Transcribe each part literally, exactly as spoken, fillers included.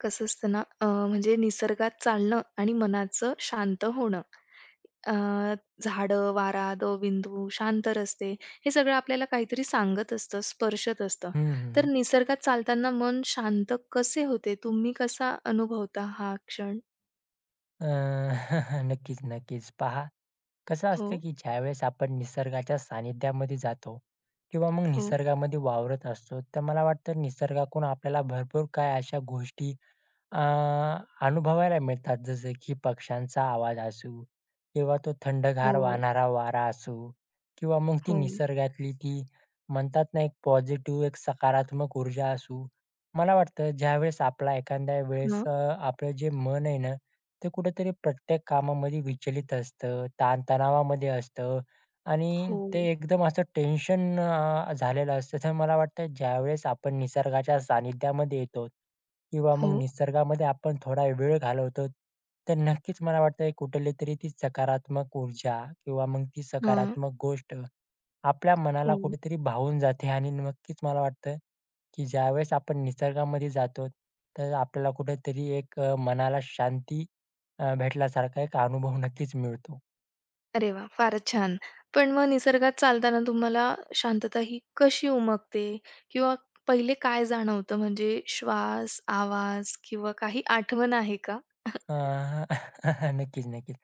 कसं असतं ना, अ, म्हणजे निसर्गात चालणं आणि मनाचं शांत होणं. अ, झाडं, वारा, दवबिंदू, शांत रस्ते हे सगळं आपल्याला काहीतरी सांगत असतं, स्पर्शत असतं. हं, तर हं. निसर्गात चालताना मन शांत कसे होते? तुम्ही कसा अनुभवता हा क्षण? अ, नक्कीच, नक्कीच. पहा, कसं असतं हो, की ज्यावेळेस आपण निसर्गाच्या सानिध्यामध्ये जातो किंवा मग हो, निसर्गामध्ये वावरत असतो, तर मला वाटतं निसर्गाकडून आपल्याला भरपूर काही अशा गोष्टी अ, अनुभवायला मिळतात. जसं की पक्ष्यांचा आवाज असू किंवा तो थंडगार हो, वाहणारा वारा असू किंवा मग ती हो. निसर्गातली ती म्हणतात ना, एक पॉझिटिव्ह, एक सकारात्मक ऊर्जा असू. मला वाटतं ज्यावेळेस आपला एखाद्या वेळेस हां. अ, आपलं जे मन आहे ना ते कुठेतरी प्रत्येक कामामध्ये विचलित असतं, ताणतणावामध्ये असतं आणि ते हो, एकदम असं टेन्शन अ, झालेलं असतं. तर मला वाटतं ज्यावेळेस आपण निसर्गाच्या सानिध्यामध्ये येतो किंवा मग हो. निसर्गामध्ये आपण थोडा वेळ घालवतो, तर नक्कीच मला वाटतं कुठलीतरी ती सकारात्मक ऊर्जा किंवा मग ती हां. सकारात्मक गोष्ट आपल्या मनाला हो. कुठेतरी भावून जाते आणि नक्कीच मला वाटतं, की ज्यावेळेस आपण निसर्गामध्ये जातो, तर आपल्याला कुठेतरी एक अ, मनाला शांती अ, भेटल्यासारखा एक अनुभव नक्कीच मिळतो. अरे वाह! फारच छान. पण मग निसर्गात चालताना तुम्हाला शांतता ही कशी उमगते? किंवा पहिले काय जाणवतं म्हणजे श्वास, आवाज किंवा काही आठवण आहे का? अ, नक्कीच, नक्कीच.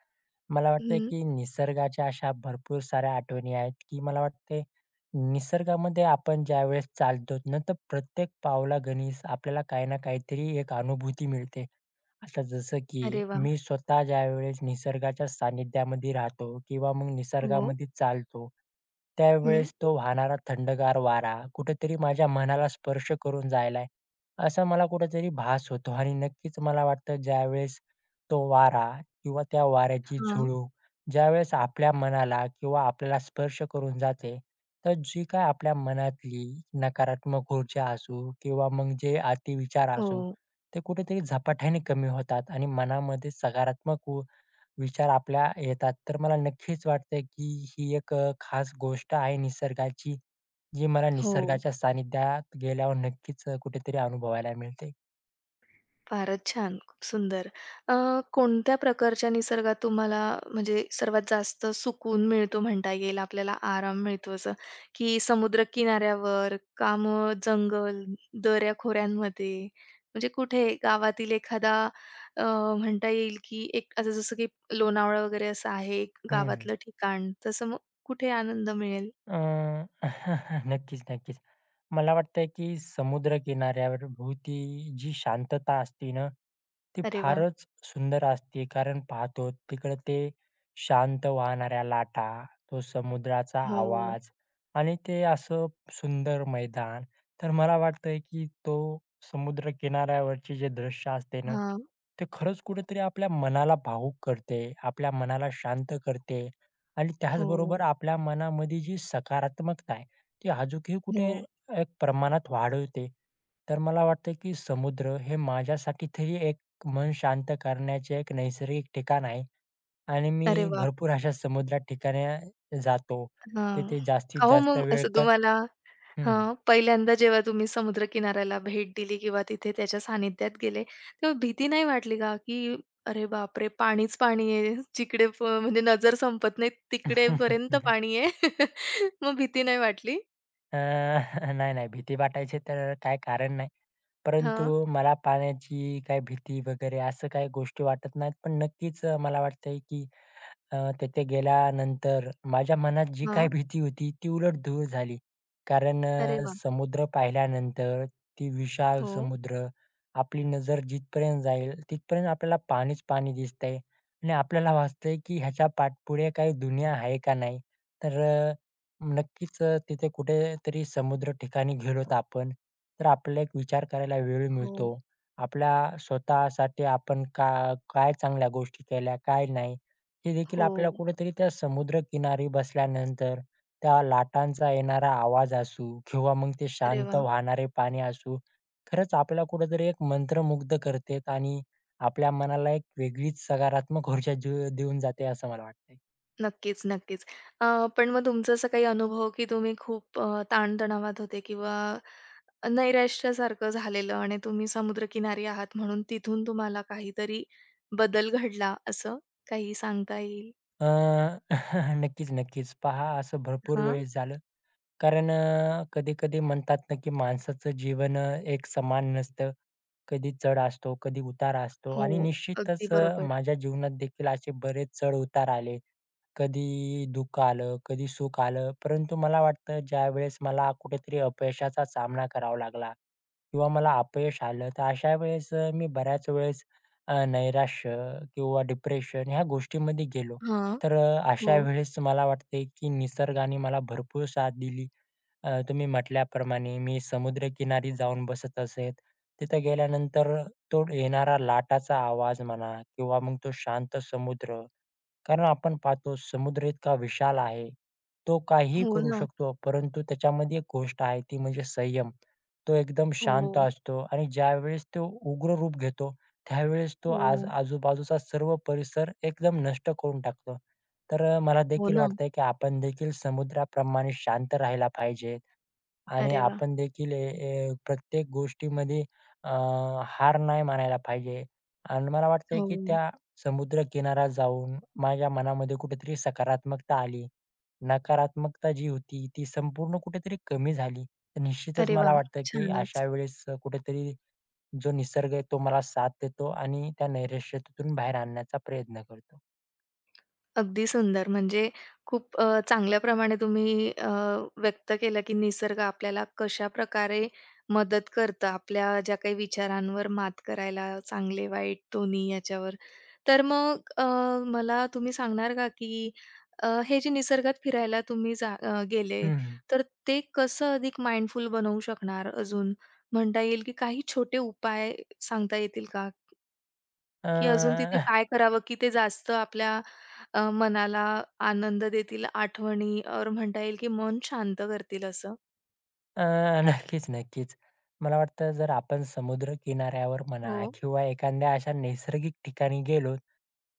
मला वाटतंय हं. की निसर्गाच्या अशा भरपूर साऱ्या आठवणी आहेत, की मला वाटतंय निसर्गामध्ये आपण ज्यावेळेस चालतो ना, तर प्रत्येक पावलागणीस आपल्याला काही ना काहीतरी एक अनुभूती मिळते. आता जसं की अरे वाह! मी स्वतः ज्यावेळेस निसर्गाच्या सानिध्यामध्ये राहतो किंवा मग हो. निसर्गामध्ये चालतो, हं. त्यावेळेस तो वाहणारा थंडगार वारा कुठेतरी माझ्या मनाला स्पर्श करून जायलाय, असा मला कुठेतरी भास होतो आणि नक्कीच मला वाटतं ज्यावेळेस तो वारा किंवा त्या वाऱ्याची हां. झुळूक ज्यावेळेस आपल्या मनाला किंवा आपल्याला स्पर्श करून जाते, तर जी काय आपल्या मनातली नकारात्मक ऊर्जा असू किंवा मग जे अतिविचार हो. असू ते कुठेतरी झपाट्याने कमी होतात आणि मनामध्ये सकारात्मक उ- विचार आपल्या येतात. तर मला नक्कीच वाटतंय की ही एक अ, खास गोष्ट आहे निसर्गाची जी मला हो. निसर्गाच्या सानिध्यात गेल्यावर नक्कीच अ, कुठेतरी अनुभवायला मिळते. फारच छान. खूप सुंदर. अ, कोणत्या प्रकारच्या निसर्गात तुम्हाला म्हणजे सर्वात जास्त सुकून मिळतो म्हणता येईल, आपल्याला आराम मिळतो असं, की समुद्रकिनाऱ्यावर का मग जंगल, दऱ्या-खोऱ्यांमध्ये? म्हणजे कुठे गावातील एखादा अ, म्हणता येईल, की एक आता जसं की लोणावळा वगैरे असं आहे एक हम्म. गावातलं ठिकाण, तसं मग कुठे आनंद मिळेल? हम्म. अं, नक्कीच नक्कीच. मला वाटतंय की समुद्रकिनाऱ्यावर भोवती जी शांतता असते ना, ती अरे वाह! फारच सुंदर असते. कारण पाहतो तिकडं ते शांत वाहणाऱ्या लाटा, तो समुद्राचा हो. आवाज आणि ते असं सुंदर मैदान. तर मला वाटतंय की तो समुद्रकिनाऱ्यावरचे जे दृश्य असते ना, हां. ते खरंच कुठेतरी आपल्या मनाला भावुक करते, आपल्या मनाला शांत करते आणि त्याचबरोबर हो, आपल्या मनामध्ये जी सकारात्मकता आहे, ती अजूकही कुठे हो. एक प्रमाणात वाढवते. तर मला वाटतं की समुद्र हे माझ्यासाठी तरी एक मन शांत करण्याचे एक नैसर्गिक ठिकाण आहे आणि मी अरे वाह! भरपूर अशा समुद्रात ठिकाणी जातो. हां. तिथे जास्तीत का हो जास्त मग वेळ असं क तुम्हाला हं. हां, पहिल्यांदा जेव्हा तुम्ही समुद्रकिनाऱ्याला भेट दिली किंवा तिथे त्याच्या सानिध्यात गेले, तेव्हा भीती नाही वाटली का? की अरे बापरे! पाणीच पाणी आहे. जिकडे प म्हणजे नजर संपत नाही तिकडेपर्यंत पाणी आहे. मग भीती नाही वाटली? अ, नाही, नाही. भीती वाटायची तर काही कारण नाही. परंतु हां, मला पाण्याची काही भीती वगैरे असं काही गोष्टी वाटत नाहीत. पण नक्कीच अ, मला वाटतंय की अ, तिथे गेल्यानंतर माझ्या मनात जी काही हां. भीती होती ती उलट दूर झाली. कारण अरे अ, वाह! समुद्र पाहिल्यानंतर ती विशाल हो, समुद्र, आपली नजर जिथपर्यंत जाईल तिथपर्यंत आपल्याला पाणीच पाणी दिसतंय आणि आपल्याला वाटतंय की ह्याच्या पाठपुढे काही दुनिया आहे का नाही? तर नक्कीच अ, तिथे कुठेतरी समुद्र ठिकाणी गेलो तर आपण, तर आपल्याला एक विचार करायला वेळ मिळतो. हो, आपल्या स्वतःसाठी आपण का काय चांगल्या गोष्टी केल्या, काय नाही, हे देखील हो. आपल्याला कुठेतरी त्या समुद्रकिनारी बसल्यानंतर त्या लाटांचा येणारा आवाज असू किंवा मग ते अरे शांत वाह! वाहणारे पाणी असू, खरंच आपल्याला कुठेतरी एक मंत्रमुग्ध करते आणि आपल्या मनाला एक वेगळीच सकारात्मक ऊर्जा जी देऊन जाते असं मला वाटतंय. नक्कीच, नक्कीच. अ, पण मग तुमचा असा काही अनुभव, की तुम्ही खूप अ, ताणतणावात होते किंवा नैराश्यासारखं झालेलं आणि तुम्ही समुद्रकिनारी आहात म्हणून तिथून तुम्हाला काहीतरी बदल घडला असं काही सांगता येईल? अ, नक्कीच, नक्कीच. पहा असं भरपूर हां. वेळेस झालं. कारण अ, कधी-कधी म्हणतात ना, की माणसाचं जीवन अ, एक समान नसतं. कधी चढ असतो, कधी उतार असतो आणि हो, अगदी निश्चितच अ, बरोबर. माझ्या जीवनात देखील असे बरेच चढ-उतार आले. कधी दुःख आलं, कधी सुख आलं. परंतु मला वाटतं ज्यावेळेस मला कुठेतरी अपयशाचा सामना करावा लागला किंवा मला अपयश आलं, तर अशा वेळेस अ, मी बऱ्याच वेळेस अ, नैराश्य किंवा डिप्रेशन ह्या गोष्टीमध्ये गेलो. हां. तर अ, हो, अशा वेळेस मला वाटते की निसर्गाने मला भरपूर साथ दिली. अ, तुम्ही म्हटल्याप्रमाणे मी समुद्रकिनारी जाऊन बसत असे. तिथं गेल्यानंतर तो येणारा लाटाचा आवाज म्हणा किंवा मग तो शांत समुद्र कारण आपण पाहतो समुद्र इतका विशाल आहे. तो काहीही हो करू ना. शकतो, परंतु त्याच्यामध्ये एक गोष्ट आहे ती म्हणजे संयम. तो एकदम हो, शांत असतो आणि ज्यावेळेस तो उग्र रूप घेतो, त्यावेळेस तो आज हो, आजूबाजूचा सर्व परिसर एकदम नष्ट करून टाकतो. तर अ, मला हो देखील ना. वाटतंय की आपण देखील समुद्राप्रमाणे शांत राहायला पाहिजे आणि अरे वाह! आपण देखील ए ए प्रत्येक गोष्टीमध्ये अ, हार नाही मानायला पाहिजे. आणि मला वाटतंय की त्या हो. समुद्र समुद्रकिनारा जाऊन माझ्या मनामध्ये कुठेतरी सकारात्मकता आली. नकारात्मकता जी होती ती संपूर्ण कुठेतरी कमी झाली. तर निश्चितच अरे मला वाह! वाटतं, की छानच. अशा वेळेस कुठेतरी जो निसर्ग आहे तो मला साथ देतो आणि त्या नैराश्यतेतून बाहेर आणण्याचा प्रयत्न करतो. अगदी सुंदर. म्हणजे खूप अ, चांगल्या प्रमाणे तुम्ही अ, व्यक्त केलं, की निसर्ग आपल्याला कशाप्रकारे मदत करतं, आपल्या ज्या काही विचारांवर मात करायला, चांगले-वाईट दोन्ही याच्यावर. तर मग अ, मला तुम्ही सांगणार का, की अ, हे जे निसर्गात फिरायला तुम्ही जा अ, गेले, हं, हं. तर ते कसं अधिक माइंडफुल बनवू शकणार अजून? म्हणता येईल, की काही छोटे उपाय सांगता येतील का? की अजून तिथे काय करावं, की ते जास्त आपल्या अ, मनाला आनंद देतील, आठवणी और म्हणता येईल, की मन शांत करतील असं. अ, नक्कीच, नक्कीच. मला वाटतं जर आपण समुद्रकिनाऱ्यावर म्हणा हो. किंवा एखाद्या अशा नैसर्गिक ठिकाणी गेलो,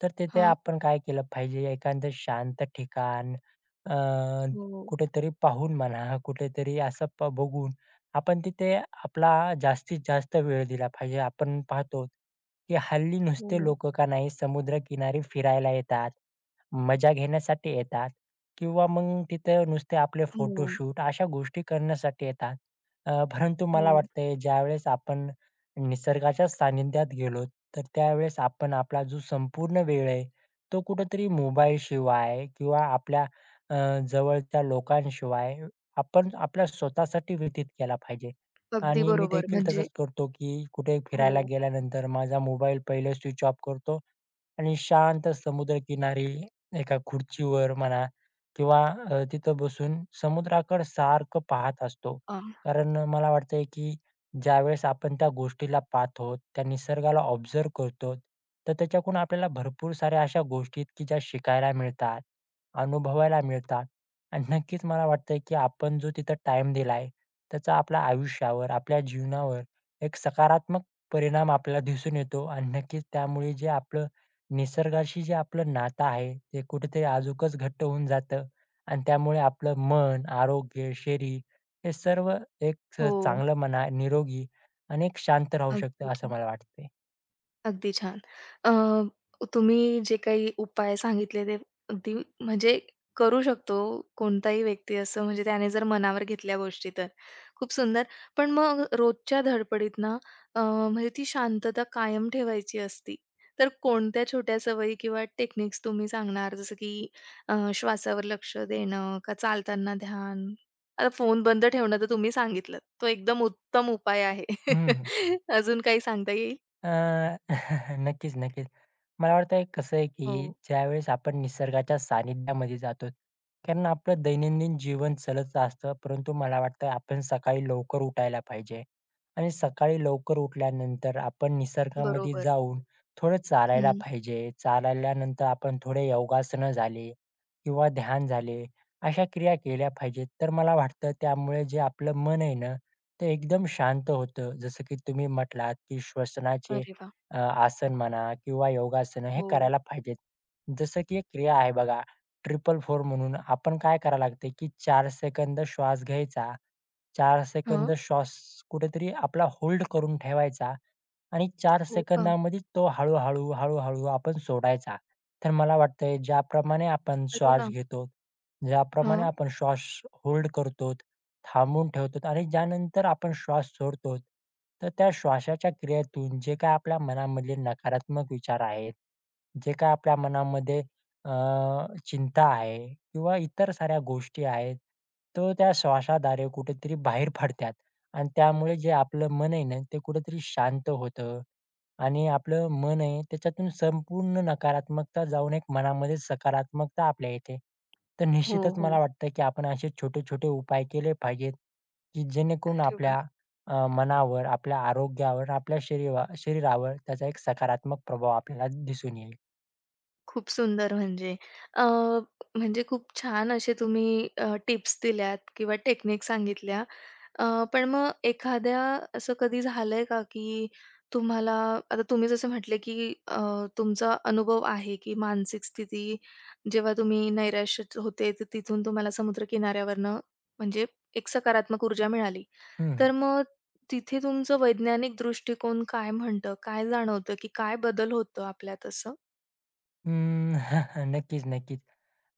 तर तिथे हां. आपण काय केलं पाहिजे, एखादं शांत ठिकाण अ, हो, कुठेतरी पाहून म्हणा, कुठेतरी असं प बघून आपण तिथे आपला जास्तीत जास्त वेळ दिला पाहिजे. आपण पाहतो, की हल्ली नुसते हो, लोकं का नाही समुद्रकिनारी फिरायला येतात, मजा घेण्यासाठी येतात. किंवा मग तिथं नुसते आपले हो, फोटोशूट अशा गोष्टी करण्यासाठी येतात. अ, परंतु हो. मला वाटतंय ज्यावेळेस आपण निसर्गाच्या सानिध्यात गेलो, तर त्यावेळेस आपण आपला जो संपूर्ण वेळ आहे, तो कुठेतरी मोबाईलशिवाय किंवा आपल्या अ, जवळच्या लोकांशिवाय आपण आपल्या स्वतःसाठी व्यतीत केला पाहिजे. अगदी आणि मी बरोबर. देखील म्हणजे तसंच करतो, की कुठे फिरायला हो. गेल्यानंतर माझा मोबाईल पहिले स्विच ऑफ करतो आणि शांत समुद्रकिनारी एका खुर्चीवर म्हणा किंवा अ, तिथं बसून समुद्राकडे सारखं पाहत असतो. अ, कारण अ, मला वाटतंय की ज्यावेळेस आपण त्या गोष्टीला पाहतो, त्या निसर्गाला ऑब्झर्व्ह करतो, तर त्याच्याकडून आपल्याला भरपूर साऱ्या अशा गोष्टी आहेत की ज्या शिकायला मिळतात, अनुभवायला मिळतात. आणि नक्कीच मला वाटतंय की आपण जो तिथं टाईम दिलाय, त्याचा आपल्या आयुष्यावर, आपल्या जीवनावर एक सकारात्मक परिणाम आपल्याला दिसून येतो. आणि नक्कीच त्यामुळे जे आपलं निसर्गाशी जे आपलं नातं आहे, ते कुठेतरी अजूकच घट्ट होऊन जातं. आणि त्यामुळे आपलं मन, आरोग्य, शरीर हे सर्व एक च हो. चांगलं म्हणा, निरोगी आणि एक शांत राहू शकतं अगदी. असं मला वाटतंय. अगदी छान. अ, तुम्ही जे काही उपाय सांगितले ते अगदी म्हणजे करू शकतो कोणताही व्यक्ती असं म्हणजे त्याने जर मनावर घेतल्या गोष्टी तर. खूप सुंदर. पण मग रोजच्या धडपडीत ना अ, म्हणजे ती शांतता कायम ठेवायची असती, तर कोणत्या छोट्या सवयी किंवा टेक्निक्स तुम्ही सांगणार? जसं की अ, श्वासावर लक्ष देणं का चालताना ध्यान? आता फोन बंद ठेवणं तर तुम्ही सांगितलंत. तो एकदम उत्तम उपाय आहे. हं, अजून काही सांगता येईल? अ, नक्कीच, नक्कीच. मला वाटतंय कसं आहे, की हो. ज्यावेळेस आपण निसर्गाच्या सानिध्यामध्ये जातो, कारण आपलं दैनंदिन जीवन चालत असतं. परंतु मला वाटतं आपण सकाळी लवकर उठायला पाहिजे आणि सकाळी लवकर उठल्यानंतर आपण निसर्गामध्ये बरोबर. जाऊन थोडं चालायला हं. पाहिजे. चालल्यानंतर आपण थोडे योगासनं झाले किंवा ध्यान झाले, अशा क्रिया केल्या पाहिजेत. तर मला वाटतं त्यामुळे जे आपलं मन आहे ना, ते एकदम शांत होतं. जसं की तुम्ही म्हटलात, की श्वसनाचे अरे वाह! अ, आसन म्हणा किंवा योगासनं हे हो. करायला पाहिजेत. जसं की एक क्रिया आहे बघा, ट्रिपल फोर म्हणून आपण काय करायला लागते, की चार सेकंद श्वास घ्यायचा, चार हां. सेकंद श्वास कुठेतरी आपला होल्ड करून ठेवायचा आणि चार हो का? सेकंदामध्येच तो हळू-हळू, हळू-हळू आपण सोडायचा. तर मला वाटतंय ज्याप्रमाणे आपण अरे श्वास वाह! घेतो, ज्याप्रमाणे हां. आपण श्वास होल्ड करतो, थांबवून ठेवतो आणि ज्यानंतर आपण श्वास सोडतो, तर त्या श्वासाच्या क्रियेतून जे काही आपल्या मनामधले नकारात्मक विचार आहेत, जे काही आपल्या मनामध्ये अ, चिंता आहे किंवा इतर साऱ्या गोष्टी आहेत, तो त्या श्वासाद्वारे कुठेतरी बाहेर पडतात आणि त्यामुळे जे आपलं मन आहे ना, ते कुठेतरी शांत होतं आणि आपलं मन आहे त्याच्यातून संपूर्ण नकारात्मकता जाऊन एक मनामध्ये सकारात्मकता आपल्या येते. तर हो, निश्चितच हो. मला वाटतं, की आपण असे छोटे-छोटे उपाय केले पाहिजेत, की जेणेकरून अरे आपल्या वाह! अ, मनावर, आपल्या आरोग्यावर, आपल्या शरीवा शरीरावर त्याचा एक सकारात्मक प्रभाव आपल्याला दिसून येईल. खूप सुंदर म्हणजे अ, म्हणजे खूप छान असे तुम्ही अ, टिप्स दिल्यात किंवा टेक्निक सांगितल्या. अ, पण मग एखाद्या असं कधी झालंय का, की तुम्हाला आता तुम्ही जसं म्हटले, की अ, तुमचा अनुभव आहे, की मानसिक स्थिती जेव्हा तुम्ही नैराश्यात होते, तर तिथून तुम्हाला समुद्रकिनाऱ्यावरनं म्हणजे एक सकारात्मक ऊर्जा मिळाली. तर हं. मग तिथे तुमचं वैज्ञानिक दृष्टिकोन काय म्हणतं? काय जाणवतं, की काय बदल होतो आपल्यात असं? अं, नक्कीच, नक्कीच.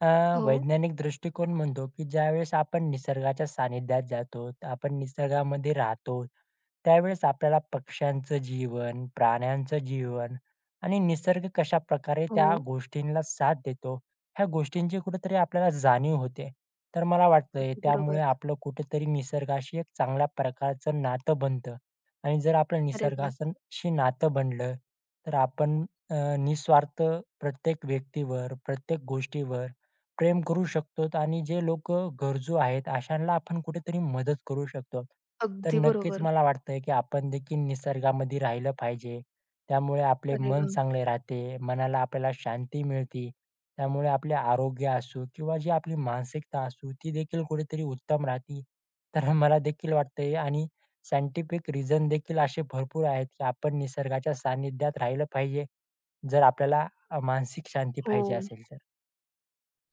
अ, हो, वैज्ञानिक दृष्टिकोन म्हणतो, की ज्यावेळेस आपण निसर्गाच्या सानिध्यात जातो, आपण निसर्गामध्ये राहतो, त्यावेळेस आपल्याला पक्ष्यांचं जीवन, प्राण्यांचं जीवन आणि निसर्ग कशाप्रकारे हो. त्या गोष्टींना साथ देतो, ह्या गोष्टींची कुठेतरी आपल्याला जाणीव होते. तर मला वाटतंय अगदी त्यामुळे बरोबर. आपलं कुठेतरी निसर्गाशी एक चांगल्या प्रकारचं नातं बनतं आणि जर आपलं अरे वाह! निसर्गाशी नातं बनलं, तर आपण अ, निस्वार्थ प्रत्येक व्यक्तीवर, प्रत्येक गोष्टीवर प्रेम करू शकतो आणि जे लोकं गरजू आहेत अशांना आपण कुठेतरी मदत करू शकतो. तर अगदी नक्कीच बरोबर. मला वाटतंय, की आपण देखील निसर्गामध्ये राहिलं पाहिजे. त्यामुळे आपले अरे मन वाह! चांगले राहते, मनाला आपल्याला शांती मिळते. त्यामुळे आपले आरोग्य असो किंवा जी आपली मानसिकता असू ती देखील कुठेतरी उत्तम राहते. तर मला देखील वाटतंय आणि सायंटिफिक रिझन देखील असे भरपूर आहेत, की आपण निसर्गाच्या सानिध्यात राहिलं पाहिजे, जर आपल्याला अ, मानसिक शांती हो. पाहिजे असेल तर.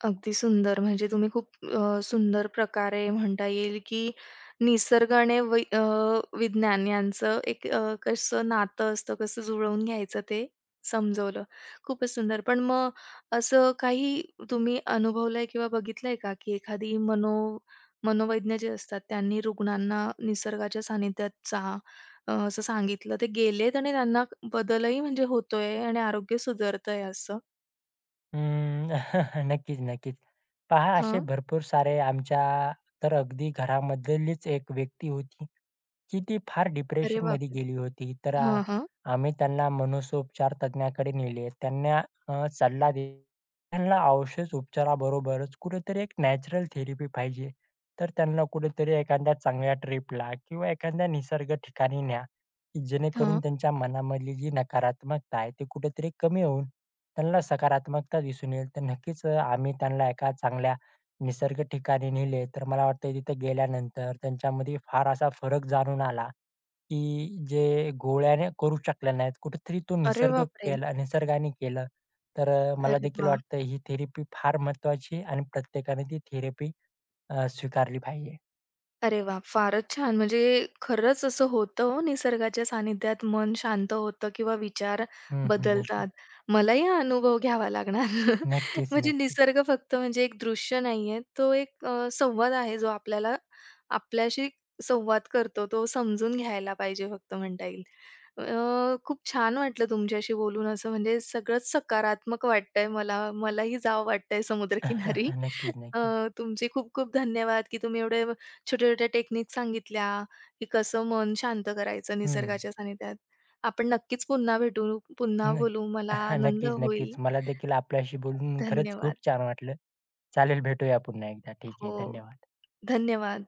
अगदी सुंदर. म्हणजे तुम्ही खूप अ, सुंदर प्रकारे म्हणता येईल, की निसर्ग आणि वै अ, विज्ञान यांचं एक अ, कसं नातं असतं, कसं जुळवून घ्यायचं ते समजवलं. खूपच सुंदर. पण मग असं काही तुम्ही अनुभवलंय किंवा बघितलंय का, की एखादी मनो मनोवैज्ञ जे असतात, त्यांनी रुग्णांना निसर्गाच्या सानिध्यात जा अ, असं सांगितलं. ते गेलेत आणि त्यांना बदलही म्हणजे होतोय आणि आरोग्य सुधारतंय असं? अं, नक्कीच, नक्कीच. पहा असे हां. भरपूर सारे आमच्या तर अगदी घरामधलीच एक व्यक्ती होती, की ती फार अरे डिप्रेशनमध्ये बापरे! गेली होती. तर अ, हां, हां. आम्ही त्यांना मनसोपचार तज्ञाकडे नेले. त्यांना अ, सल्ला दिला. त्यांना औषध उपचाराबरोबरच कुठेतरी एक नॅचरल थेरपी पाहिजे. तर त्यांना कुठेतरी एखाद्या चांगल्या ट्रिपला किंवा एखाद्या निसर्ग ठिकाणी न्या, की जेणेकरून हां. त्यांच्या मनामधली जी नकारात्मकता आहे, ती कुठेतरी कमी होऊन त्यांना सकारात्मकता दिसून येईल, तर नक्कीच अ, आम्ही त्यांना एका चांगल्या निसर्ग ठिकाणी नेले, तर मला वाटतंय तिथे गेल्यानंतर त्यांच्यामध्ये फार असा फरक जाणून आला, की जे गोळ्याने करू शकल्या नाहीत, कुठेतरी तो अरे निसर्ग बापरे! केला निसर्गाने केलं. तर अ, मला अरे देखील वाह! वाटतं ही थेरपी फार महत्त्वाची आणि प्रत्येकाने ती थेरपी स्वीकारली पाहिजे. अरे वाह! फारच छान. म्हणजे खरंच असं होतं हो, निसर्गाच्या सानिध्यात मन शांत होतं किंवा विचार हं, हं. नक्कीच. बदलतात. मलाही हा अनुभव घ्यावा लागणार. नक्कीच, म्हणजे नक्कीच. निसर्ग फक्त म्हणजे एक दृश्य नाहीये. तो एक अ, संवाद आहे जो आपल्याला आपल्याशी संवाद करतो. तो समजून घ्यायला पाहिजे फक्त म्हणता येईल. अ, खूप छान वाटलं तुमच्याशी बोलून असं म्हणजे सगळंच सकारात्मक वाटतंय मला. मलाही जावं वाटतंय समुद्रकिनारी. नक्कीच, अ, नक्कीच. तुमचे खूप खूप धन्यवाद की तुम्ही एवढे छोट्या-छोट्या टेक्निक सांगितल्या, की कसं मन शांत करायचं हं. निसर्गाच्या सानिध्यात. आपण नक्कीच पुन्हा भेटू, पुन्हा न बोलू. मला आनंद नक्कीच, होईल. नक्कीच. मला देखील आपल्याशी बोलून खरंच धन्यवाद. खूप छान वाटलं. चालेल भेटूया पुन्हा एकदा. ठीक हो, आहे. धन्यवाद. धन्यवाद.